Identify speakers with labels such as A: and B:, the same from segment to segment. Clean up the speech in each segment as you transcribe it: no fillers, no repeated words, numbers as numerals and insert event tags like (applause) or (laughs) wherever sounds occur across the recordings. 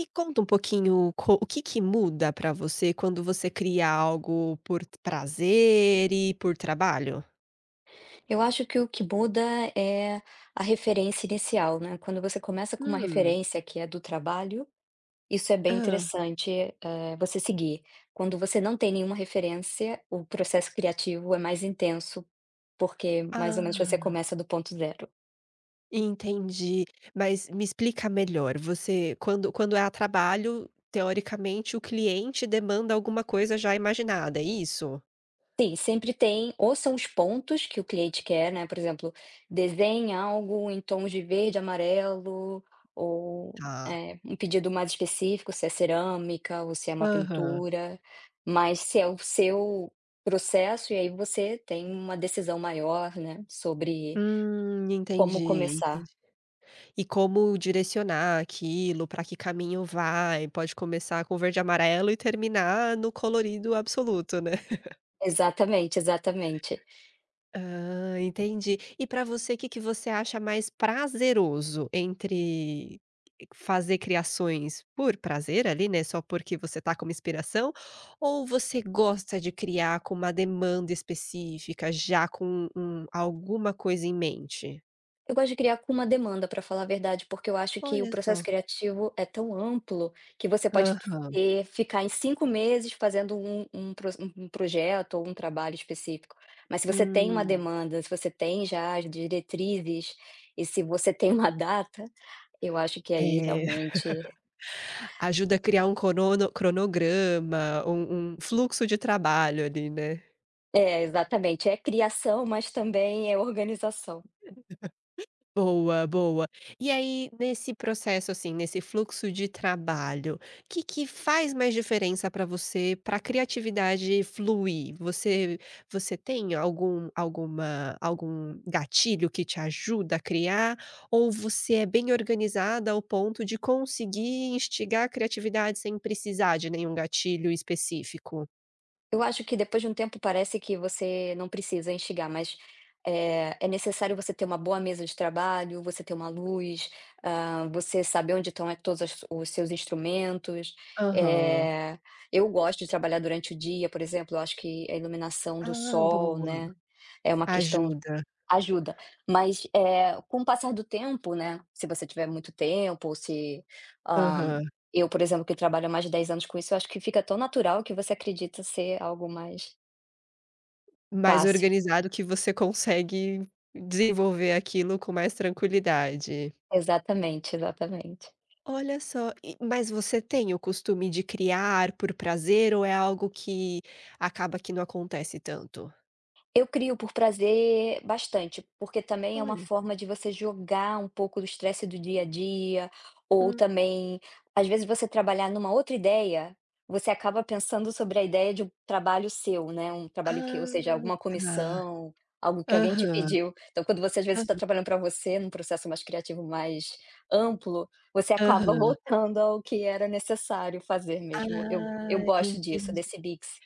A: E conta um pouquinho co o que que muda para você quando você cria algo por prazer e por trabalho?
B: Eu acho que o que muda é a referência inicial, né. Quando você começa com uma
A: Hum.
B: referência que é do trabalho, isso é bem
A: Hã.
B: interessante, você seguir. Quando você não tem nenhuma referência, o processo criativo é mais intenso, porque mais ou menos você
A: Ah,
B: começa do ponto zero.
A: entendi. Mas me explica melhor, você quando é a trabalho, teoricamente, o cliente demanda alguma coisa já imaginada, é isso?
B: Sim, sempre tem ou são os pontos que o cliente quer, né, por exemplo, desenhe algo em tons de verde, amarelo ou,
A: Tá.
B: um pedido mais específico, se é cerâmica ou se é uma
A: Aham.
B: pintura, mas se é o seu processo, e aí você tem uma decisão maior, né, sobre como
A: Entendi,
B: começar.
A: entendi. E como direcionar aquilo, para que caminho vai, pode começar com verde e amarelo e terminar no colorido absoluto, né.
B: Exatamente, exatamente.
A: Ah, entendi. E para você, o que que você acha mais prazeroso entre fazer criações por prazer ali, né, só porque você tá com uma inspiração, ou você gosta de criar com uma demanda específica, já com um alguma coisa em mente?
B: Eu gosto de criar com uma demanda, para falar a verdade, porque eu acho que o
A: Olha
B: processo
A: só.
B: criativo é tão amplo que você pode ter
A: Aham.
B: ficar em 5 meses fazendo um um pro um projeto ou um trabalho específico. Mas se você tem uma
A: Hum,
B: demanda, se você tem já as diretrizes e se você tem uma (laughs) data, eu acho que aí
A: é.
B: realmente
A: Ajuda a criar um cronograma, um fluxo de trabalho ali, né.
B: é, exatamente, é criação, mas também é organização.
A: Boa, boa. E aí, nesse processo, assim, nesse fluxo de trabalho, o que que faz mais diferença para você, para a criatividade fluir? Você tem algum alguma algum gatilho que te ajuda a criar, ou você é bem organizada ao ponto de conseguir instigar a criatividade sem precisar de nenhum gatilho específico?
B: Eu acho que depois de um tempo parece que você não precisa enxergar, mas é necessário você ter uma boa mesa de trabalho, você ter uma luz, você saber onde estão todos os seus instrumentos.
A: Aham.
B: É, eu gosto de trabalhar durante o dia, por exemplo, eu acho que a iluminação do
A: Ah,
B: sol,
A: boa.
B: né, é uma questão.
A: Ajuda.
B: Ajuda, mas, com o passar do tempo, né, se você tiver muito tempo ou se, hã,
A: Aham.
B: eu, por exemplo, que trabalho há mais de 10 anos com isso, eu acho que fica tão natural que você acredita ser algo mais
A: Mais
B: fácil.
A: organizado que você consegue desenvolver aquilo com mais tranquilidade.
B: Exatamente, exatamente.
A: Olha só, e mas você tem o costume de criar por prazer ou é algo que acaba que não acontece tanto?
B: Eu crio por prazer bastante, porque também é uma
A: Olha.
B: forma de você jogar um pouco do estresse do dia a dia, ou
A: Hum.
B: também, às vezes, você trabalhar numa outra ideia, você acaba pensando sobre a ideia de um trabalho seu, né, um trabalho que ou seja,
A: Ah,
B: alguma
A: tá.
B: comissão, algo que alguém te
A: Aham.
B: pediu. Então, quando você, às vezes, está
A: Aham.
B: trabalhando para você, num processo mais criativo, mais amplo, você acaba
A: Aham.
B: voltando ao que era necessário fazer mesmo. Eu
A: Ah,
B: gosto disso,
A: entendi.
B: desse mix.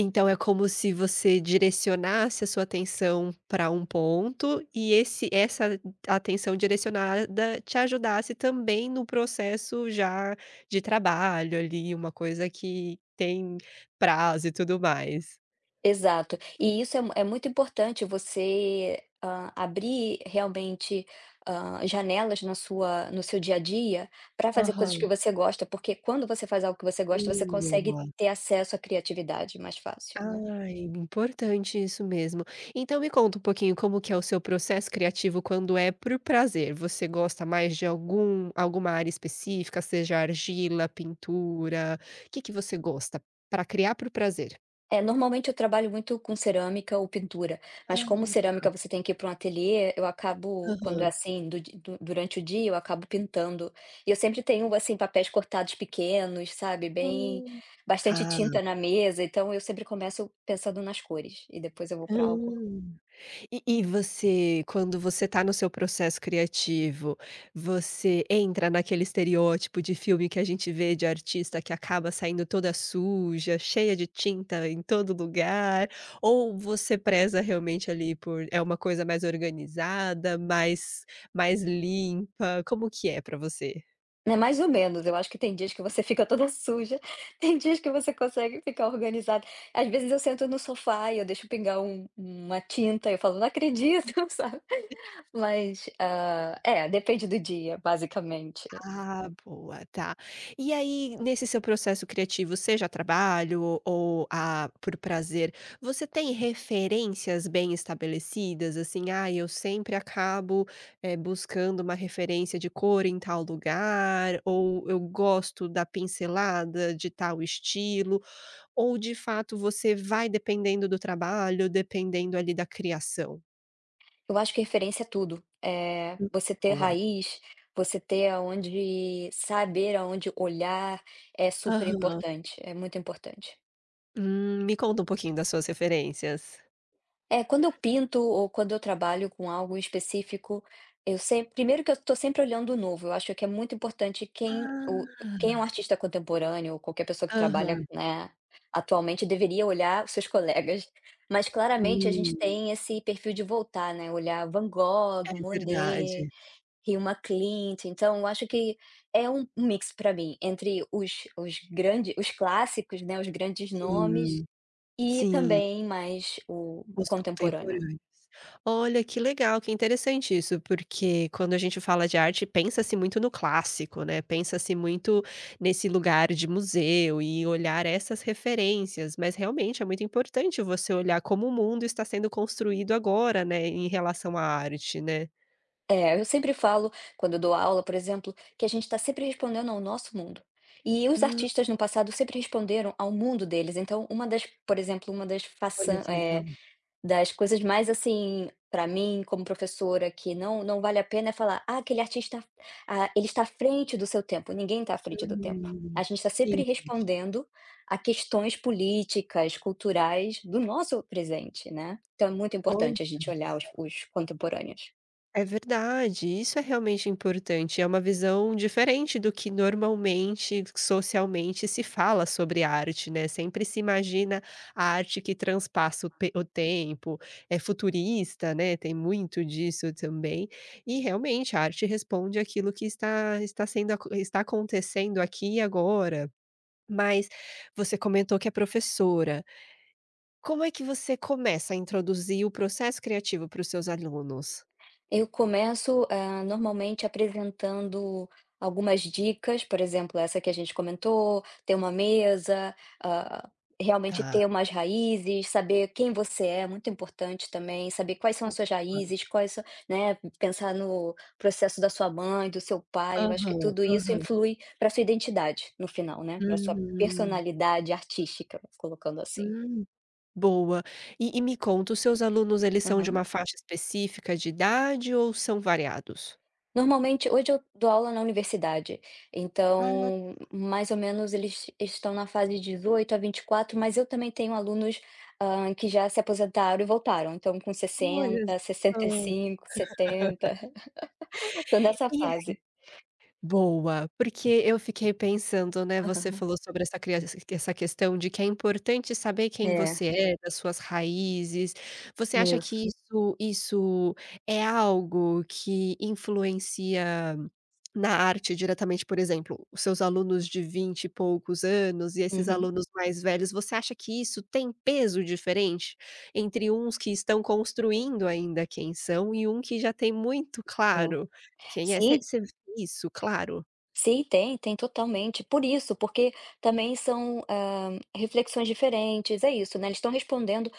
A: Então é como se você direcionasse a sua atenção para um ponto e esse essa atenção direcionada te ajudasse também no processo já de trabalho ali, uma coisa que tem prazo e tudo mais.
B: Exato. E isso é mu é muito importante você, abrir realmente, janelas na sua no seu dia a dia para fazer coisas
A: Aham.
B: que você gosta, porque quando você faz algo que você gosta, você consegue
A: Boa.
B: ter acesso à criatividade mais fácil, né.
A: Ai, importante isso mesmo. Então me conta um pouquinho como que é o seu processo criativo quando é por prazer. Você gosta mais de algum alguma área específica, seja argila, pintura, o que que você gosta para criar por prazer?
B: É, normalmente eu trabalho muito com cerâmica ou pintura,
A: Ah,
B: mas como
A: tá.
B: cerâmica você tem que ir para um ateliê, eu acabo, quando é
A: Aham.
B: assim, do di du durante o dia, eu acabo pintando. E eu sempre tenho, assim, papéis cortados pequenos, sabe, bem
A: Hum.
B: bastante
A: Tá.
B: tinta na mesa, então eu sempre começo pensando nas cores e depois eu vou
A: Hã.
B: para algo.
A: E você, quando você está no seu processo criativo, você entra naquele estereótipo de filme que a gente vê de artista que acaba saindo toda suja, cheia de tinta em todo lugar, ou você preza realmente ali por é uma coisa mais organizada, mais limpa, como que é pra você?
B: É mais ou menos, eu acho que tem dias que você fica toda suja, (laughs) tem dias que você consegue ficar organizado. Às vezes eu sento no sofá e eu deixo pingar uma tinta, eu falo: "Não acredito", (laughs) sabe. Mas, é, depende do dia, basicamente.
A: Ah, boa, tá. E aí, nesse seu processo criativo, seja trabalho ou a por prazer, você tem referências bem estabelecidas? Assim, ah, eu sempre acabo, buscando uma referência de cor em tal lugar, ou eu gosto da pincelada de tal estilo, ou de fato você vai dependendo do trabalho, dependendo ali da criação?
B: Eu acho que referência é tudo, é
A: Hum,
B: você ter
A: boa.
B: raiz, você ter aonde saber aonde olhar é super
A: Aham.
B: importante, é muito importante.
A: Me conta um pouquinho das suas referências.
B: É, quando eu pinto ou quando eu trabalho com algo específico, eu sempre, primeiro que eu estou sempre olhando o novo. Eu acho que é muito importante
A: Ah,
B: quem é um artista contemporâneo ou qualquer pessoa que trabalha,
A: aham.
B: né, atualmente deveria olhar os seus colegas. Mas claramente a gente
A: Hum,
B: tem esse perfil de voltar, né? Olhar Van Gogh,
A: é
B: Monet,
A: verdade.
B: Hilma Klint. Então, eu acho que é um mix para mim entre os grandes, os clássicos, né? Os grandes nomes
A: Sim,
B: e
A: sim,
B: também mais o
A: os
B: contemporâneo.
A: contemporâneos. Olha, que legal, que interessante isso, porque quando a gente fala de arte, pensa-se muito no clássico, né, pensa-se muito nesse lugar de museu e olhar essas referências, mas realmente é muito importante você olhar como o mundo está sendo construído agora, né, em relação à arte, né.
B: É, eu sempre falo, quando eu dou aula, por exemplo, que a gente está sempre respondendo ao nosso mundo. E os
A: Hum,
B: artistas no passado sempre responderam ao mundo deles. Então, por exemplo, uma das
A: olha
B: façan
A: que
B: eh,
A: legal.
B: das coisas mais assim, para mim, como professora, que não vale a pena é falar: "Ah, aquele artista, ele está à frente do seu tempo". Ninguém está à frente do tempo.
A: Hum,
B: A gente está sempre
A: entendi.
B: respondendo a questões políticas, culturais do nosso presente, né. Então é muito
A: Olha,
B: importante a gente olhar os contemporâneos.
A: é verdade, isso é realmente importante, é uma visão diferente do que normalmente, socialmente se fala sobre arte, né, sempre se imagina a arte que transpassa o tempo, é futurista, né, tem muito disso também, e realmente a arte responde àquilo que está sendo acon está acontecendo aqui e agora. Mas você comentou que é professora, como é que você começa a introduzir o processo criativo para os seus alunos?
B: Eu começo, normalmente apresentando algumas dicas, por exemplo, essa que a gente comentou, ter uma mesa, ah, realmente
A: Tá.
B: ter umas raízes, saber quem você é, muito importante também, saber quais são as suas raízes, quais são, né, pensar no processo da sua mãe, do seu pai, eu acho que
A: Aham,
B: tudo isso
A: aham.
B: influi para sua identidade no final, né, para sua
A: Hum,
B: personalidade artística, colocando assim.
A: hum, boa. E me conta, os seus alunos, eles são de
B: Uhum.
A: uma faixa específica de idade ou são variados?
B: Normalmente, hoje eu dou aula na universidade,
A: Ah,
B: então mais ou menos eles estão na fase de 18 a 24, mas eu também tenho alunos, que já se aposentaram e voltaram, então com
A: olha
B: 60, sessenta e
A: só.
B: cinco, 70, (laughs) tô nessa
A: É
B: fase.
A: boa, porque eu fiquei pensando, né,
B: (laughs)
A: você
B: Aham.
A: falou sobre essa questão de que é importante saber quem
B: É,
A: você é, das suas raízes. Você acha
B: isso.
A: que isso é algo que influencia na arte diretamente, por exemplo, os seus alunos de 20 e poucos anos e esses
B: Uhum.
A: alunos mais velhos, você acha que isso tem peso diferente entre uns que estão construindo ainda quem são e um que já tem muito
B: É.
A: claro quem é?
B: Sim,
A: Você vê isso claro?
B: sim, tem, tem totalmente. Por isso, porque também são, reflexões diferentes, é isso, né, eles estão respondendo.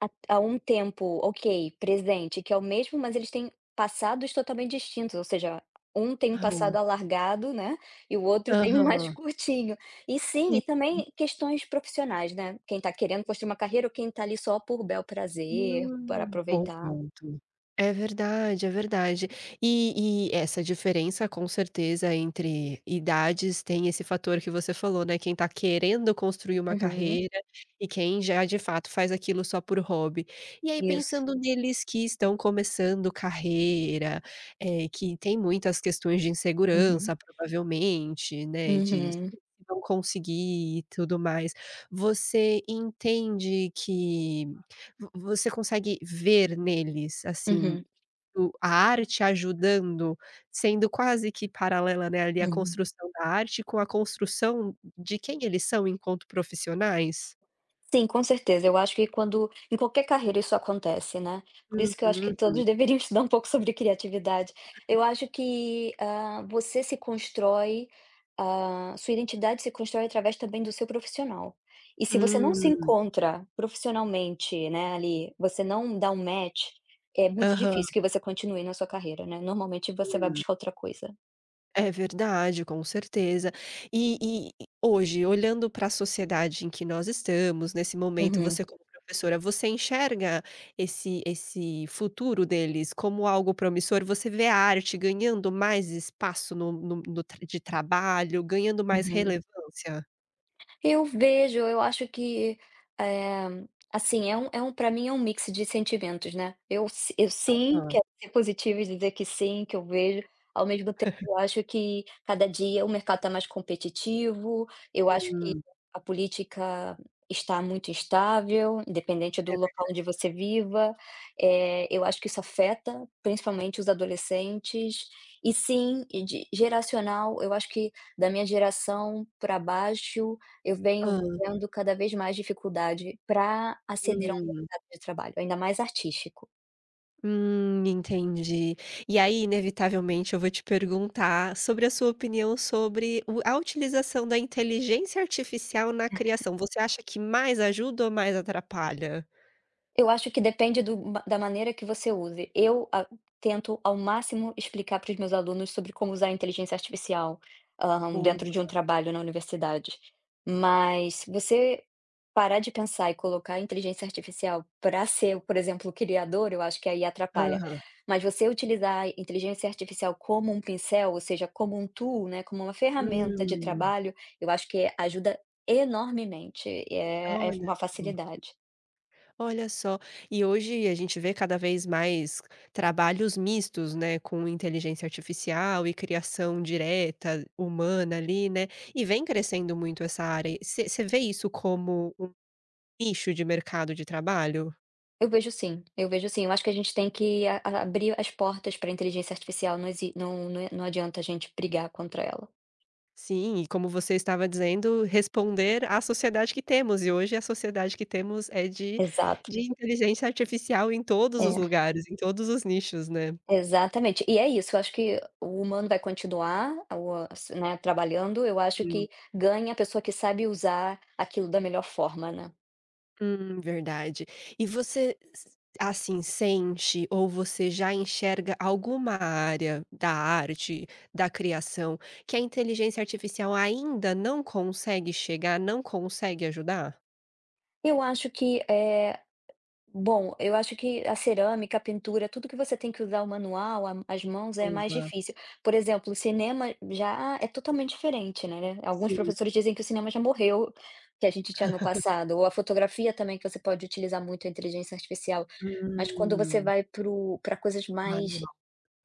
B: Há um tempo, ok, presente, que é o mesmo, mas eles têm passados totalmente distintos, ou seja, um tem um passado
A: Aham,
B: alargado, né, e o outro tem um mais (laughs)
A: aham.
B: curtinho. E sim, e também questões profissionais, né, quem tá querendo construir uma carreira ou quem tá ali só por bel prazer, para
A: Bom
B: aproveitar.
A: ponto. É verdade, é verdade. E essa diferença, com certeza, entre idades tem esse fator que você falou, né, quem tá querendo construir uma
B: Uhum,
A: carreira e quem já, de fato, faz aquilo só por hobby. E aí
B: isso.
A: pensando neles que estão começando carreira, que tem muitas questões de
B: Uhum,
A: insegurança, provavelmente, né, de se
B: uhum,
A: não conseguir e tudo mais, você entende que Vo você consegue ver neles, assim,
B: uhum,
A: o a arte ajudando, sendo quase que paralela, né, ali, a
B: uhum.
A: construção da arte com a construção de quem eles são enquanto profissionais?
B: Sim, com certeza. Eu acho que quando em qualquer carreira isso acontece, né. Por isso que eu acho que
A: Uhum.
B: todos (laughs) deveriam estudar um pouco sobre criatividade. Eu acho que, você se constrói, sua identidade se constrói através também do seu profissional. E se você não se
A: Hum.
B: encontra profissionalmente, né, ali, você não dá um match, é muito
A: Aham.
B: difícil que você continue na sua carreira, né. Normalmente você vai
A: Hum.
B: buscar outra coisa.
A: É verdade, com certeza. E hoje, olhando para a sociedade em que nós estamos, nesse momento,
B: Uhum,
A: você como professora, você enxerga esse futuro deles como algo promissor? Você vê a arte ganhando mais espaço no trabalho, ganhando mais
B: uhum.
A: relevância?
B: Eu vejo, eu acho que, eh, assim, para mim é um mix de sentimentos, né. Eu sim,
A: Hã.
B: quero ser positiva e dizer que sim, que eu vejo, ao mesmo tempo eu acho que cada dia o mercado está mais competitivo, eu acho que
A: Hum,
B: a política está muito instável, independente do
A: é
B: local onde
A: verdade.
B: você viva, eu acho que isso afeta, principalmente os adolescentes. E sim, e de geracional, eu acho que da minha geração para baixo eu
A: Hã.
B: venho vendo cada vez mais dificuldade para aceder a um
A: Hum.
B: mercado de trabalho, ainda mais artístico.
A: Entendi. E aí, inevitavelmente, eu vou te perguntar sobre a sua opinião sobre o a utilização da inteligência artificial na criação. Você acha que mais ajuda ou mais atrapalha?
B: Eu acho que depende do ma da maneira que você use. Eu a tento ao máximo explicar para os meus alunos sobre como usar a inteligência artificial,
A: Boa.
B: dentro de um trabalho na universidade. Mas se você parar de pensar e colocar a inteligência artificial para ser, por exemplo, o criador, eu acho que aí atrapalha.
A: Aham.
B: Mas você utilizar a inteligência artificial como um pincel, ou seja, como um tool, né, como uma ferramenta de
A: Hum,
B: trabalho, eu acho que ajuda enormemente, é
A: olha
B: uma
A: só.
B: facilidade.
A: Olha só. E hoje a gente vê cada vez mais trabalhos mistos, né, com inteligência artificial e criação direta humana ali, né, e vem crescendo muito essa área. Você vê isso como nicho de mercado de trabalho?
B: Eu vejo sim, eu vejo sim. Eu acho que a gente tem que a abrir as portas para a inteligência artificial, não exi não não é- não adianta a gente brigar contra ela.
A: Sim, e como você estava dizendo, responder à sociedade que temos, e hoje a sociedade que temos é
B: Exato.
A: de inteligência artificial em todos os
B: É,
A: lugares, em todos os nichos, né.
B: exatamente. E é isso, eu acho que o humano vai continuar, o a né, trabalhando, eu acho
A: Hum,
B: que ganha a pessoa que sabe usar aquilo da melhor forma, né.
A: verdade. E você s assim, sente ou você já enxerga alguma área da arte, da criação, que a inteligência artificial ainda não consegue chegar, não consegue ajudar?
B: Eu acho que, bom, eu acho que a cerâmica, a pintura, tudo que você tem que usar o manual, a as mãos, é mais
A: Boa.
B: difícil. Por exemplo, o cinema já é totalmente diferente, né. Alguns
A: Sim.
B: professores dizem que o cinema já morreu, que a gente tinha no
A: (laughs)
B: passado, ou a fotografia também, que você pode utilizar muito a inteligência artificial. Mas quando você
A: Hum.
B: vai para coisas mais
A: Manual.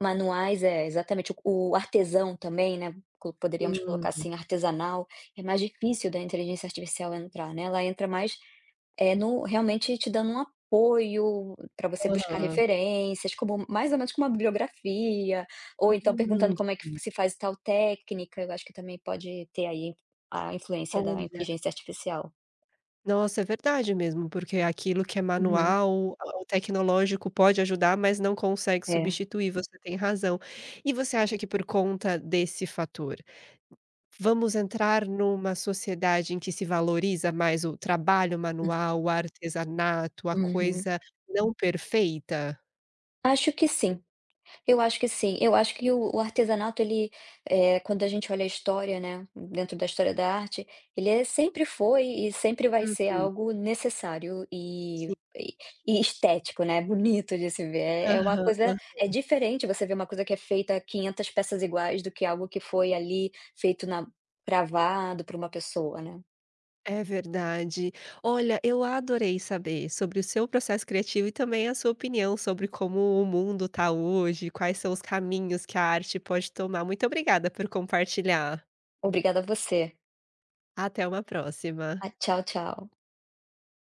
B: manuais, é, exatamente. O artesão também, né, co poderíamos colocar
A: Hum.
B: assim, artesanal, é mais difícil da inteligência artificial entrar, né, ela entra mais, é no realmente te dando um apoio para você buscar
A: Aham.
B: referências, como mais ou menos como uma bibliografia, ou então perguntando como é que
A: Entendi.
B: se faz tal técnica, eu acho que também pode ter aí a influência da
A: Olha,
B: inteligência artificial.
A: nossa, é verdade mesmo, porque aquilo que é
B: Uhum.
A: manual, o tecnológico pode ajudar, mas não consegue
B: É.
A: substituir, você tem razão. E você acha que por conta desse fator, vamos entrar numa sociedade em que se valoriza mais o trabalho manual, o artesanato, a
B: Uhum.
A: coisa não perfeita?
B: Acho que sim. Eu acho que sim. Eu acho que o artesanato ele, quando a gente olha a história, né, dentro da história da arte, ele sempre foi e sempre vai ser
A: Uhum,
B: algo necessário e
A: sim.
B: e e estético, né, bonito de se ver. É uma
A: Aham,
B: coisa
A: aham.
B: é diferente você ver uma coisa que é feita 500 peças iguais do que algo que foi ali feito na cravado por uma pessoa, né.
A: É verdade. Olha, eu adorei saber sobre o seu processo criativo e também a sua opinião sobre como o mundo está hoje, quais são os caminhos que a arte pode tomar. Muito obrigada por compartilhar.
B: Obrigada a você.
A: Até uma próxima.
B: Ah, tchau, tchau.